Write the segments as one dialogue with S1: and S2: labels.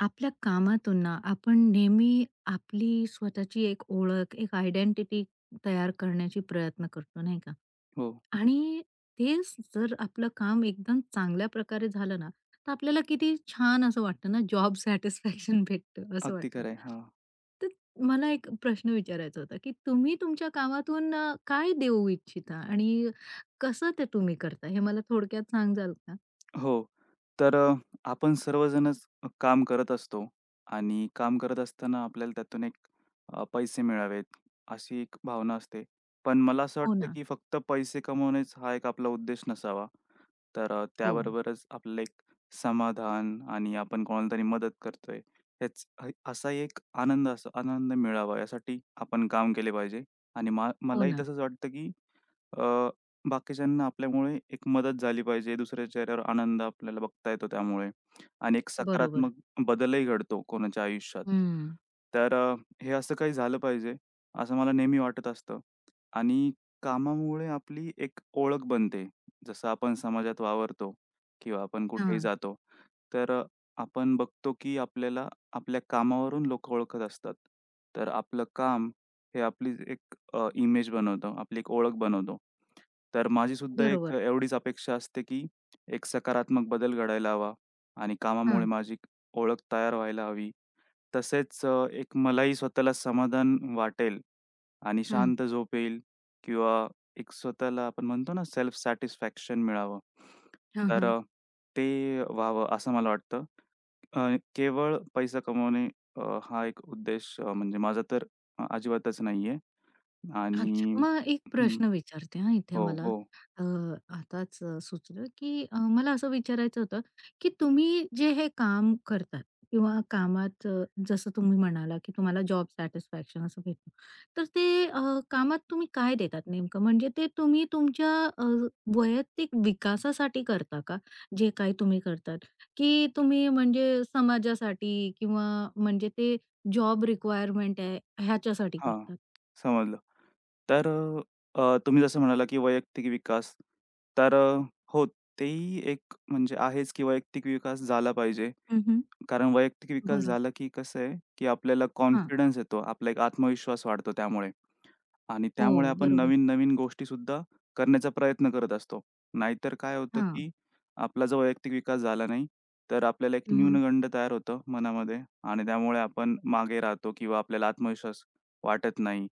S1: आपल्या कामातून ना आपण नेहमी आपली स्वतःची एक ओळख, एक आयडेंटिटी तयार करण्याची प्रयत्न करतो, नाही का?
S2: हो,
S1: आणि तेच जर आपलं काम एकदम चांगल्या प्रकारे झालं ना, तर आपल्याला किती छान असं वाटतं ना, जॉब सॅटिस्फॅक्शन भेटतं असं
S2: अगदी
S1: वाटतं.
S2: खरं आहे. हां.
S1: तर मला एक प्रश्न विचारायचा होता, की तुम्ही तुमच्या कामातून काय देऊ इच्छिता आणि कसं ते तुम्ही करता? हे मला थोडक्यात सांगाल का?
S2: हो. तर आपण सर्वजणच काम करत असतो आणि काम करत असताना आपल्याला त्यातून एक पैसे मिळावेत, अशी एक भावना असते. पण मला असं
S1: हो
S2: वाटतं,
S1: ना.
S2: की फक्त पैसे कमवणेच हा एक आपला उद्देश नसावा. तर
S1: हो,
S2: त्याबरोबरच आपलं एक समाधान आणि आपण कोणाला तरी मदत करतोय, याच असा एक आनंद मिळावा यासाठी आपण काम केले पाहिजे आणि
S1: हो
S2: मलाही
S1: ना.
S2: तसंच वाटतं, की अ, बाकीच्यांना आपल्यामुळे एक मदत झाली पाहिजे. दुसऱ्याच्या चेहऱ्यावर आनंद आपल्याला बघता येतो त्यामुळे आणि एक
S1: बरोबर.
S2: सकारात्मक बदलही घडतो कोणाच्या आयुष्यात.
S1: हं.
S2: तर हे असं काही झालं पाहिजे, असं मला नेहमी वाटत असतं आणि कामामुळे आपली एक ओळख बनते. जसं आपण समाजात वावरतो किंवा आपण कुठेही
S1: हां,
S2: जातो, तर आपण बघतो की आपल्याला आपल्या कामावरून लोकं ओळखत असतात. तर आपलं काम हे आपली एक इमेज बनवतो, आपली एक ओळख बनवतो. तर माझी सुद्धा एक
S1: बरोबर.
S2: एवढीच अपेक्षा असते, की एक सकारात्मक बदल घडायला हवा आणि कामामुळे
S1: हां,
S2: माझी ओळख तयार व्हायला हवी तसेच एक मलाही स्वतःला समाधान वाटेल आणि
S1: हं.
S2: शांत झोप येईल किंवा एक स्वतःला आपण म्हणतो ना सेल्फ सॅटिस्फॅक्शन मिळावं.
S1: हां,
S2: तर
S1: हां.
S2: ते व्हावं असं मला वाटतं. अ, केवळ पैसा कमवणे हा एक उद्देश म्हणजे माझा तर अजिबातच नाहीये
S1: अच्छा.
S2: आणि
S1: मग एक
S2: हं.
S1: प्रश्न विचारते हां इथे
S2: हो,
S1: मला.
S2: हो.
S1: अ, आताच सुचलं की मला असं विचारायचं होतं, की तुम्ही जे हे काम करतात किंवा कामात जसं तुम्ही म्हणाला, की तुम्हाला जॉब सॅटिस्फॅक्शन असं भेटतं. तर ते कामात तुम्ही काय देतात नेमकं? म्हणजे ते तुम्ही तुमच्या वैयक्तिक विकासासाठी करता का? जे काही तुम्ही करतात, की तुम्ही म्हणजे समाजासाठी किंवा म्हणजे ते जॉब रिक्वायरमेंट आहे ह्याच्यासाठी
S2: हां,
S1: करतात?
S2: समजलं. तर अ, अ, तुम्ही जसं म्हणाला, की वैयक्तिक विकास. तर हो, तेही एक म्हणजे आहेच, की वैयक्तिक विकास झाला पाहिजे.
S1: हं,
S2: कारण वैयक्तिक विकास
S1: बरं.
S2: झाला, की कसं आहे, की आपल्याला
S1: हां.
S2: कॉन्फिडन्स येतो. आपला एक आत्मविश्वास वाढतो त्यामुळे. आणि
S1: हो,
S2: त्यामुळे आपण
S1: बरोबर.
S2: नवीन-नवीन गोष्टीसुद्धा करण्याचा प्रयत्न करत असतो. नाहीतर काय होतं,
S1: हां.
S2: की आपला जो वैयक्तिक विकास झाला नाही, तर आपल्याला एक
S1: हं, हं.
S2: न्यूनगंड तयार होतं मनामध्ये आणि त्यामुळे आपण मागे राहतो किंवा आपल्याला आत्मविश्वास वाटत नाही.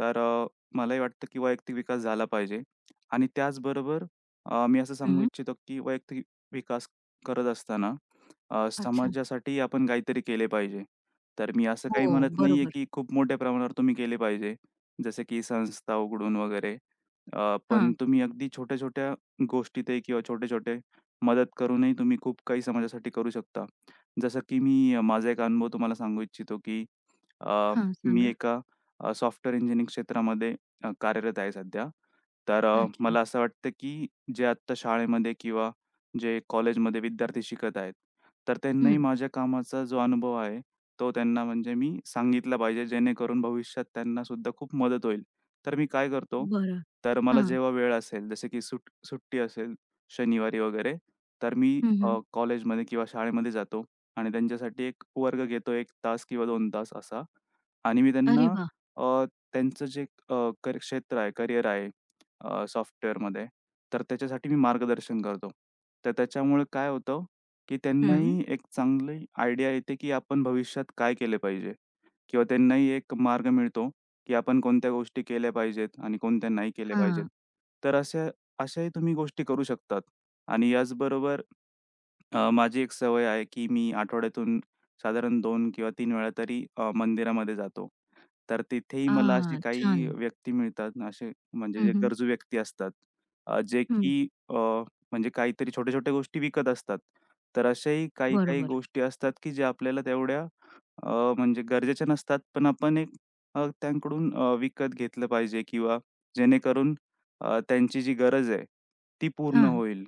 S2: तर मलाही वाटतं, की वैयक्तिक विकास झाला पाहिजे आणि त्याचबरोबर मी असं सांगू
S1: हं.
S2: इच्छितो, की वैयक्तिक विकास करत असताना
S1: अच्छा.
S2: समाजासाठी आपण काहीतरी केले पाहिजे. तर मी असं
S1: हो,
S2: काही म्हणत नाहीये,
S1: बरोबर.
S2: की खूप मोठ्या प्रमाणावर तुम्ही केले पाहिजे. जसे की संस्था उघडून वगैरे. पण
S1: हां.
S2: तुम्ही अगदी छोट्या-छोट्या गोष्टीतही किंवा छोटे-छोटे मदत करूनही तुम्ही खूप काही समाजासाठी करू शकता. जसं की मी माझा एक अनुभव तुम्हाला सांगू इच्छितो, की अ,
S1: हां,
S2: मी
S1: सांगा.
S2: एका सॉफ्टवेअर इंजिनिअरिंग क्षेत्रामध्ये कार्यरत आहे सध्या. तर
S1: अच्छा.
S2: मला असं वाटतं, की जे आत्ता शाळेमध्ये किंवा जे कॉलेजमध्ये विद्यार्थी शिकत आहेत, तर त्यांनाही
S1: हं.
S2: माझ्या कामाचा जो अनुभव आहे, तो त्यांना म्हणजे मी सांगितला पाहिजे, जेणेकरून भविष्यात त्यांनासुद्धा खूप मदत होईल. तर मी काय करतो,
S1: बरं.
S2: तर मला
S1: हां.
S2: जेव्हा वेळ असेल, जसे की सुट्टी असेल शनिवारी वगैरे, तर मी
S1: हं, हं.
S2: कॉलेजमध्ये किंवा शाळेमध्ये जातो आणि त्यांच्यासाठी एक वर्ग घेतो एक तास किंवा 2 तास असा आणि मी
S1: अरे
S2: त्यांना
S1: वाह!
S2: अ, त्यांचं जे अ, कर क्षेत्र आहे, करियर आहे सॉफ्टवेअरमध्ये, तर त्याच्यासाठी मी मार्गदर्शन करतो. तर त्याच्यामुळे काय होतं, की
S1: हं.
S2: त्यांनाही एक चांगली आयडिया येते, की आपण भविष्यात काय केले पाहिजे. किंवा त्यांनाही एक मार्ग मिळतो, की आपण कोणत्या गोष्टी केल्या पाहिजेत आणि कोणत्या नाही केल्या पाहिजेत.
S1: हां.
S2: तर अशाही तुम्ही गोष्टी करू शकतात आणि याचबरोबर माझी एक सवय आहे, की मी आठवड्यातून साधारण 2 किंवा 3 वेळा तरी मंदिरामध्ये जातो. तर तिथेही मला असे
S1: आ, छान.
S2: काही व्यक्ती मिळतात ना, असे म्हणजे
S1: हं,
S2: जे
S1: हं.
S2: गरजू व्यक्ती असतात, जे
S1: हं.
S2: की अ, म्हणजे काहीतरी छोट्या-छोट्या गोष्टी विकत असतात. तर अशाही काही-काही
S1: बरोबर.
S2: गोष्टी असतात, की ज्या आपल्याला तेवढ्या अ, म्हणजे गरजेच्या नसतात, पण आपण एक त्यांकडून विकत घेतलं पाहिजे किंवा जेणेकरून त्यांची जी गरज आहे, ती पूर्ण
S1: हां.
S2: होईल.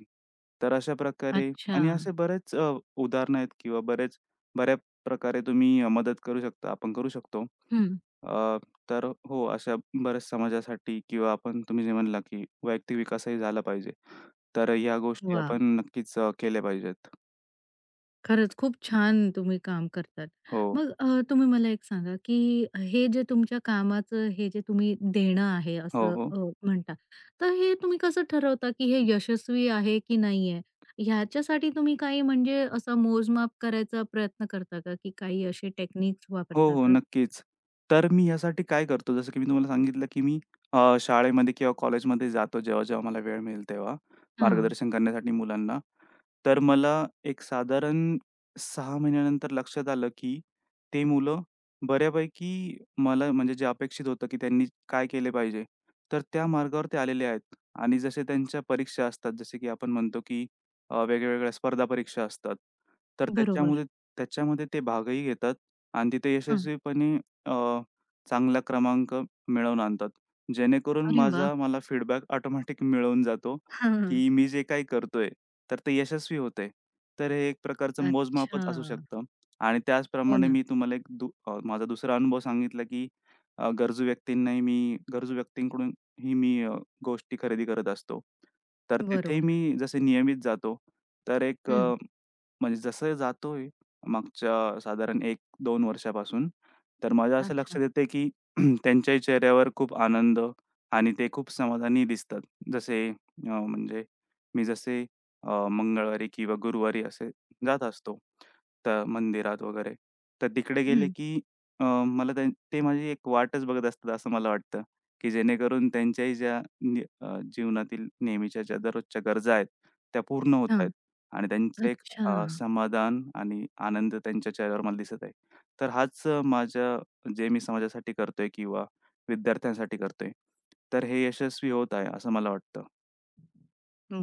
S2: तर अशा प्रकारे
S1: अच्छा.
S2: आणि असे बरेच उदाहरणं आहेत किंवा बरेच बऱ्या प्रकारे तुम्ही मदत करू शकता, आपण करू शकतो.
S1: हं.
S2: अ, तर हो, अशा बऱ्याच समाजासाठी किंवा आपण तुम्ही जे म्हणला, की वैयक्तिक विकासही झाला पाहिजे. तर ह्या गोष्टी
S1: वाह!
S2: आपण नक्कीच केल्या पाहिजेत.
S1: खरंच खूप छान तुम्ही काम करतात.
S2: हो.
S1: मग तुम्ही मला एक सांगा, की हे जे तुमच्या कामाचं हे जे तुम्ही देणं आहे
S2: हो,
S1: असं
S2: हो.
S1: म्हणता, तर हे तुम्ही कसं ठरवता, की हे यशस्वी आहे की नाही आहे? ह्याच्यासाठी तुम्ही काही म्हणजे असा मोजमाप करायचा प्रयत्न करता का, की काही असे टेक्निक्स
S2: हो,
S1: वापरता
S2: हो.
S1: का?
S2: नक्कीच. तर मी यासाठी काय करतो, जसं की मी तुम्हाला सांगितलं, की मी शाळेमध्ये किंवा कॉलेजमध्ये जातो जेव्हा-जेव्हा मला वेळ मिळेल तेव्हा,
S1: हां,
S2: मार्गदर्शन करण्यासाठी मुलांना. तर मला एक साधारण 6 महिन्यानंतर लक्षात आलं, की ते मुलं बऱ्यापैकी मला म्हणजे जे अपेक्षित होतं, की त्यांनी काय केले पाहिजे, तर त्या मार्गावर ते आलेले आहेत. आणि जसे त्यांच्या परीक्षा असतात, जसे की आपण म्हणतो, की वेगवेगळ्या स्पर्धा परीक्षा असतात. तर
S1: बरोबर.
S2: त्याच्यामध्ये त्याच्यामध्ये ते भागही घेतात आणि तिथे
S1: हां.
S2: यशस्वीपणे अ, चांगला क्रमांक मिळवून आणतात. जेणेकरून
S1: अरे वाह!
S2: माझा मला फीडबॅक ऑटोमॅटिक मिळून जातो,
S1: हां.
S2: की मी जे काही करतोय, तर ते यशस्वी होतंय. तर हे एक प्रकारचं मोजमापच
S1: अच्छा.
S2: असू शकतं आणि
S1: हो
S2: त्याचप्रमाणे
S1: ना.
S2: मी तुम्हाला एक माझा दुसरा अनुभव सांगितला, की अ, गरजू व्यक्तींनाही मी गरजू व्यक्तींकडूनही मी गोष्टी खरेदी करत असतो. तर तिथेही
S1: बरोबर.
S2: मी जसे नियमित जातो, तर एक
S1: हं.
S2: म्हणजे जसं जातोय मागच्या साधारण 1-2 वर्षापासून, तर माझ्या असं
S1: अच्छा.
S2: लक्षात येतंय, की त्यांच्याही चेहऱ्यावर खूप आनंद आणि ते खूप समाधानी दिसतात. जसे म्हणजे मी जसे मंगळवारी किंवा गुरुवारी असे जात असतो, तर मंदिरात वगैरे. तर तिकडे गेले,
S1: हं.
S2: की अ, मला त्यां ते माझी एक वाटच बघत असतात असं मला वाटतं, की जेणेकरून त्यांच्याही ज्या जीवनातील नेहमीच्या ज्या दररोजच्या गरजा आहेत, त्या पूर्ण होत
S1: हां.
S2: आहेत. आणि त्यांचं एक
S1: अच्छा.
S2: समाधान आणि आनंद त्यांच्या चेहऱ्यावर मला दिसत आहे. तर हाच माझ्या जे मी समाजासाठी करतोय किंवा विद्यार्थ्यांसाठी करतोय, तर हे यशस्वी होत आहे असं मला वाटतं.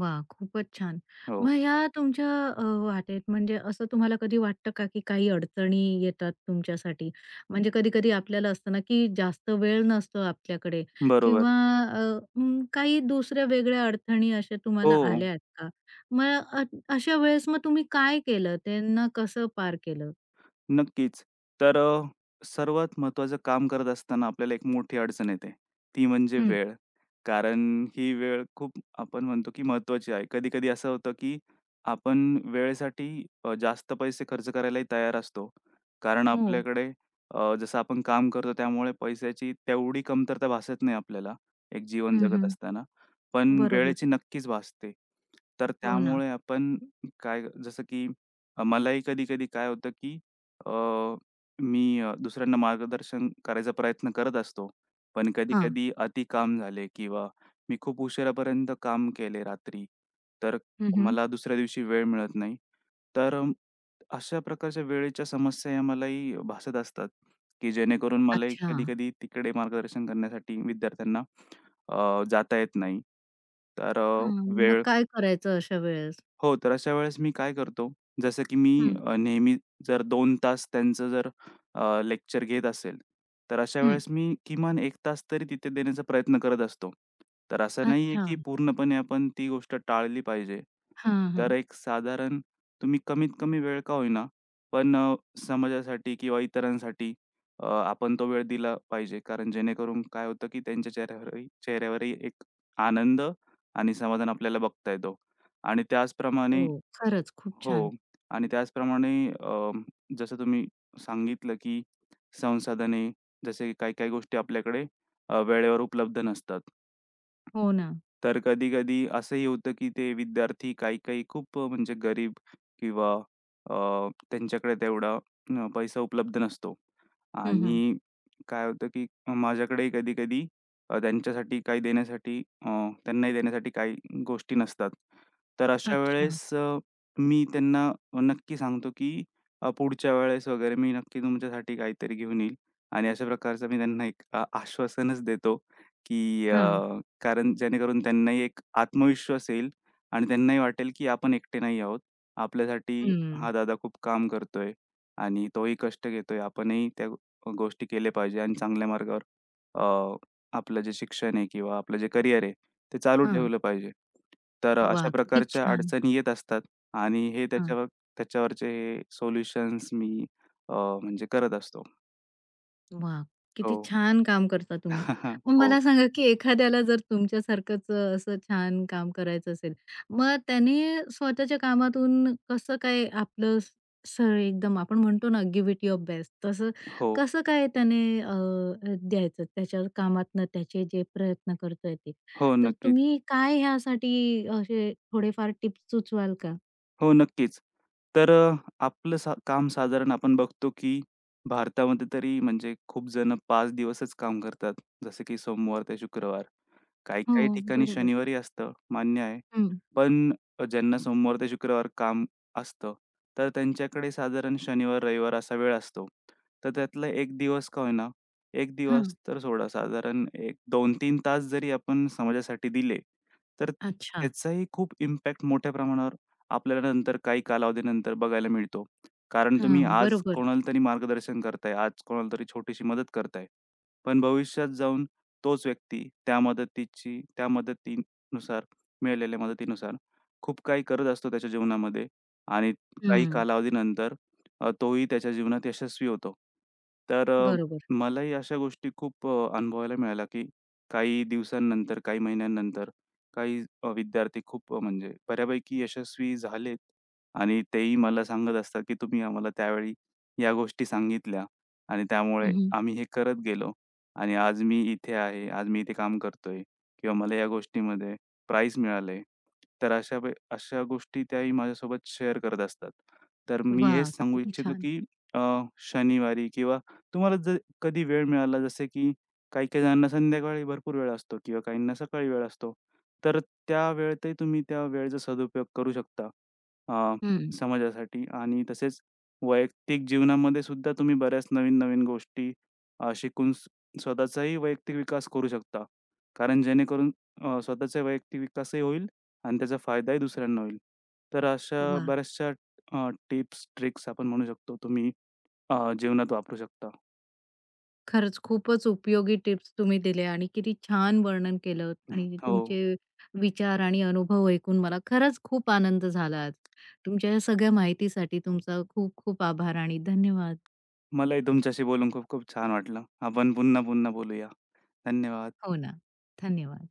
S1: वा, खूपच छान.
S2: हो,
S1: मग या तुमच्या वाटेत म्हणजे असं तुम्हाला कधी वाटतं का, की काही अडचणी येतात तुमच्यासाठी? म्हणजे कधी-कधी आपल्याला असतं ना, की जास्त वेळ नसतो आपल्याकडे
S2: बरोबर.
S1: किंवा अ, काही दुसऱ्या वेगळ्या अडचणी अशा तुम्हाला
S2: हो.
S1: आल्या आहेत का? मग अशा वेळेस मग तुम्ही काय केलं? त्यांना कसं पार केलं?
S2: नक्कीच. तर सर्वात महत्त्वाचं काम करत असताना आपल्याला एक मोठी अडचण येते. ती म्हणजे
S1: हं.
S2: वेळ. कारण ही वेळ खूप आपण म्हणतो की महत्त्वाची आहे. कधी-कधी असं होतं की आपण वेळेसाठी जास्त पैसे खर्च करायलाही तयार असतो. कारण
S1: हो.
S2: आपल्याकडे जसं आपण काम करतो त्यामुळे पैशाची तेवढी कमतरता भासत नाही आपल्याला, एक जीवन
S1: हं,
S2: जगत
S1: हं.
S2: असताना. पण
S1: बरोबर.
S2: वेळेची नक्कीच भासते. तर
S1: हो ना.
S2: त्यामुळे आपण काय जसं की मलाही कधी-कधी काय होतं की अ, दुसऱ्यांना मार्गदर्शन करायचा प्रयत्न करत असतो. पण
S1: हां.
S2: कधी-कधी अति काम झाले किंवा मी खूप उशिरापर्यंत काम केले रात्री, तर
S1: हं, हं.
S2: मला दुसऱ्या दिवशी वेळ मिळत नाही. तर अशा प्रकारच्या वेळेच्या समस्या या मलाही भासत असतात, की जेणेकरून मलाही
S1: अच्छा.
S2: कधी-कधी तिकडे मार्गदर्शन करण्यासाठी विद्यार्थ्यांना जाता येत नाही. तर अ,
S1: हां. मग
S2: वेळ
S1: काय करायचं अशा वेळेस?
S2: हो, तर अशा वेळेस मी काय करतो, जसं की मी
S1: हं,
S2: नेहमी जर 2 तास त्यांचं जर लेक्चर घेत असेल, तर अशा
S1: हं.
S2: वेळेस मी किमान एक तास तरी तिथे देण्याचा प्रयत्न करत असतो. तर असं नाहीये
S1: अच्छा.
S2: की पूर्णपणे आपण ती गोष्ट टाळली पाहिजे.
S1: हां, हां.
S2: तर एक साधारण तुम्ही कमीत कमी वेळ का होईना, पण समाजासाठी किंवा इतरांसाठी आपण तो वेळ दिला पाहिजे. कारण जेणेकरून काय होतं की त्यांच्या चेहऱ्यावरही चेहऱ्यावरही एक आनंद आणि समाधान आपल्याला बघता येतो. आणि
S1: हो.
S2: त्याचप्रमाणे
S1: खरंच खूप
S2: हो.
S1: छान.
S2: आणि त्याचप्रमाणे जसं तुम्ही सांगितलं, की संसाधने जसे काही-काही गोष्टी आपल्याकडे वेळेवर उपलब्ध नसतात.
S1: हो ना.
S2: तर कधी-कधी असंही होतं, की ते विद्यार्थी काही-काही खूप म्हणजे गरीब किंवा अ, त्यांच्याकडे तेवढा पैसा उपलब्ध नसतो
S1: हं, हं.
S2: आणि काय होतं, की माझ्याकडेही कधी-कधी अ, त्यांच्यासाठी काही देण्यासाठी अ, त्यांनाही देण्यासाठी काही गोष्टी नसतात. तर अशा
S1: अच्छा.
S2: वेळेस मी त्यांना नक्की सांगतो, की पुढच्या वेळेस वगैरे मी नक्की तुमच्यासाठी काहीतरी घेऊन येईल आणि अशा प्रकारचं मी त्यांना एक आश्वासनच देतो, की
S1: हां.
S2: अ कारण जेणेकरून त्यांनाही एक आत्मविश्वास येईल आणि त्यांनाही वाटेल, की आपण एकटे नाही आहोत. आपल्यासाठी
S1: हं.
S2: हा दादा खूप काम करतोय आणि तोही कष्ट घेतोय. आपणही त्या गोष्टी केल्या पाहिजे आणि चांगल्या मार्गावर अ, आपलं जे शिक्षण आहे किंवा आपलं जे करिअर आहे, ते चालू
S1: हां.
S2: ठेवलं पाहिजे. तर अशा
S1: वाह! किती
S2: प्रकारच्या
S1: छान.
S2: अडचणी येत असतात आणि हे
S1: हां.
S2: त्याच्यावरचे सोल्युशन्स मी अ, म्हणजे करत असतो.
S1: वाह! किती
S2: हो.
S1: छान काम करता तुम्ही. मग
S2: हो.
S1: मला सांगा, की एखाद्याला जर तुमच्यासारखंच असं छान काम करायचं असेल, मग त्याने स्वतःच्या कामातून कसं काय आपलं सर, एकदम आपण म्हणतो ना, गिव्ह इट युअर बेस्ट तसं
S2: हो.
S1: कसं काय त्याने अ, अ, द्यायचं त्याच्या कामातनं त्याचे जे प्रयत्न करतोय ते.
S2: हो.
S1: तर
S2: नक्कीच.
S1: तुम्ही काय ह्यासाठी असे थोडेफार टिप्स सुचवाल का?
S2: हो, नक्कीच. तर आपलं काम साधारण आपण बघतो, की भारतामध्ये तरी म्हणजे खूप जण 5 दिवसच काम करतात. जसं की सोमवार ते शुक्रवार.
S1: हो,
S2: काही-काही ठिकाणी
S1: बरोबर.
S2: शनिवारी असतं, मान्य आहे.
S1: हं.
S2: पण ज्यांना सोमवार ते शुक्रवार काम असतं, तर त्यांच्याकडे साधारण शनिवार, रविवार असा वेळ असतो. तर त्यातला एक दिवस का होईना, एक दिवस
S1: हां.
S2: तर सोडा साधारण एक 2 3 तास जरी आपण समाजासाठी दिले, तर
S1: अच्छा.
S2: त्याचाही खूप इम्पॅक्ट मोठ्या प्रमाणावर आपल्याला नंतर काही कालावधीनंतर बघायला मिळतो. कारण तुम्ही
S1: हां,
S2: आज
S1: बरोबर.
S2: कोणाला तरी मार्गदर्शन करताय, आज कोणाला तरी छोटीशी मदत करताय. पण भविष्यात जाऊन तोच व्यक्ती त्या मदतीची त्या मदतीनुसार मिळालेल्या मदतीनुसार खूप काही करत असतो त्याच्या जीवनामध्ये आणि काही
S1: हं.
S2: कालावधीनंतर तोही त्याच्या जीवनात यशस्वी होतो. तर
S1: बरोबर.
S2: मलाही अशा गोष्टी खूप अनुभवायला मिळाल्या, की काही दिवसांनंतर, काही महिन्यांनंतर काही विद्यार्थी खूप म्हणजे बऱ्यापैकी यशस्वी झालेत आणि तेही मला सांगत असतात, की तुम्ही आम्हाला त्यावेळी या गोष्टी सांगितल्या आणि त्यामुळे आम्ही हे करत गेलो. आणि आज मी इथे आहे, आज मी इथे काम करतोय किंवा मला या गोष्टीमध्ये प्राइझ मिळालंय. तर अशा गोष्टी त्याही माझ्यासोबत शेअर करत असतात. तर मी हेच
S1: वाह!
S2: सांगू
S1: किती
S2: इच्छितो,
S1: छान.
S2: की अ, शनिवारी किंवा तुम्हाला जर कधी वेळ मिळाला जसे की काही-काही जणांना संध्याकाळी भरपूर वेळ असतो किंवा काहींना सकाळी वेळ असतो. तर त्या वेळेतही तुम्ही त्या वेळेचा सदुपयोग करू शकता अ,
S1: हं.
S2: समाजासाठी आणि तसेच वैयक्तिक जीवनामध्ये सुद्धा तुम्ही बऱ्याच नवीन-नवीन गोष्टी शिकून स्वतःचाही वैयक्तिक विकास करू शकता. कारण जेणेकरून स्वतःचा वैयक्तिक विकासही होईल आणि त्याचा फायदाही दुसऱ्यांना होईल. तर अशा
S1: वाह!
S2: बऱ्याचशा टिप्स, ट्रिक्स आपण म्हणू शकतो तुम्ही जीवनात वापरू शकता.
S1: खरंच खूपच उपयोगी टिप्स तुम्ही दिले आणि किती छान वर्णन केलं आणि
S2: हो.
S1: तुमचे विचार आणि अनुभव ऐकून मला खरंच खूप आनंद झाला आज. तुमच्या या सगळ्या माहितीसाठी तुमचा खूप खूप आभार आणि धन्यवाद.
S2: मलाही तुमच्याशी बोलून खूप खूप छान वाटलं. आपण पुन्हा-पुन्हा बोलूया. धन्यवाद.
S1: हो ना. धन्यवाद.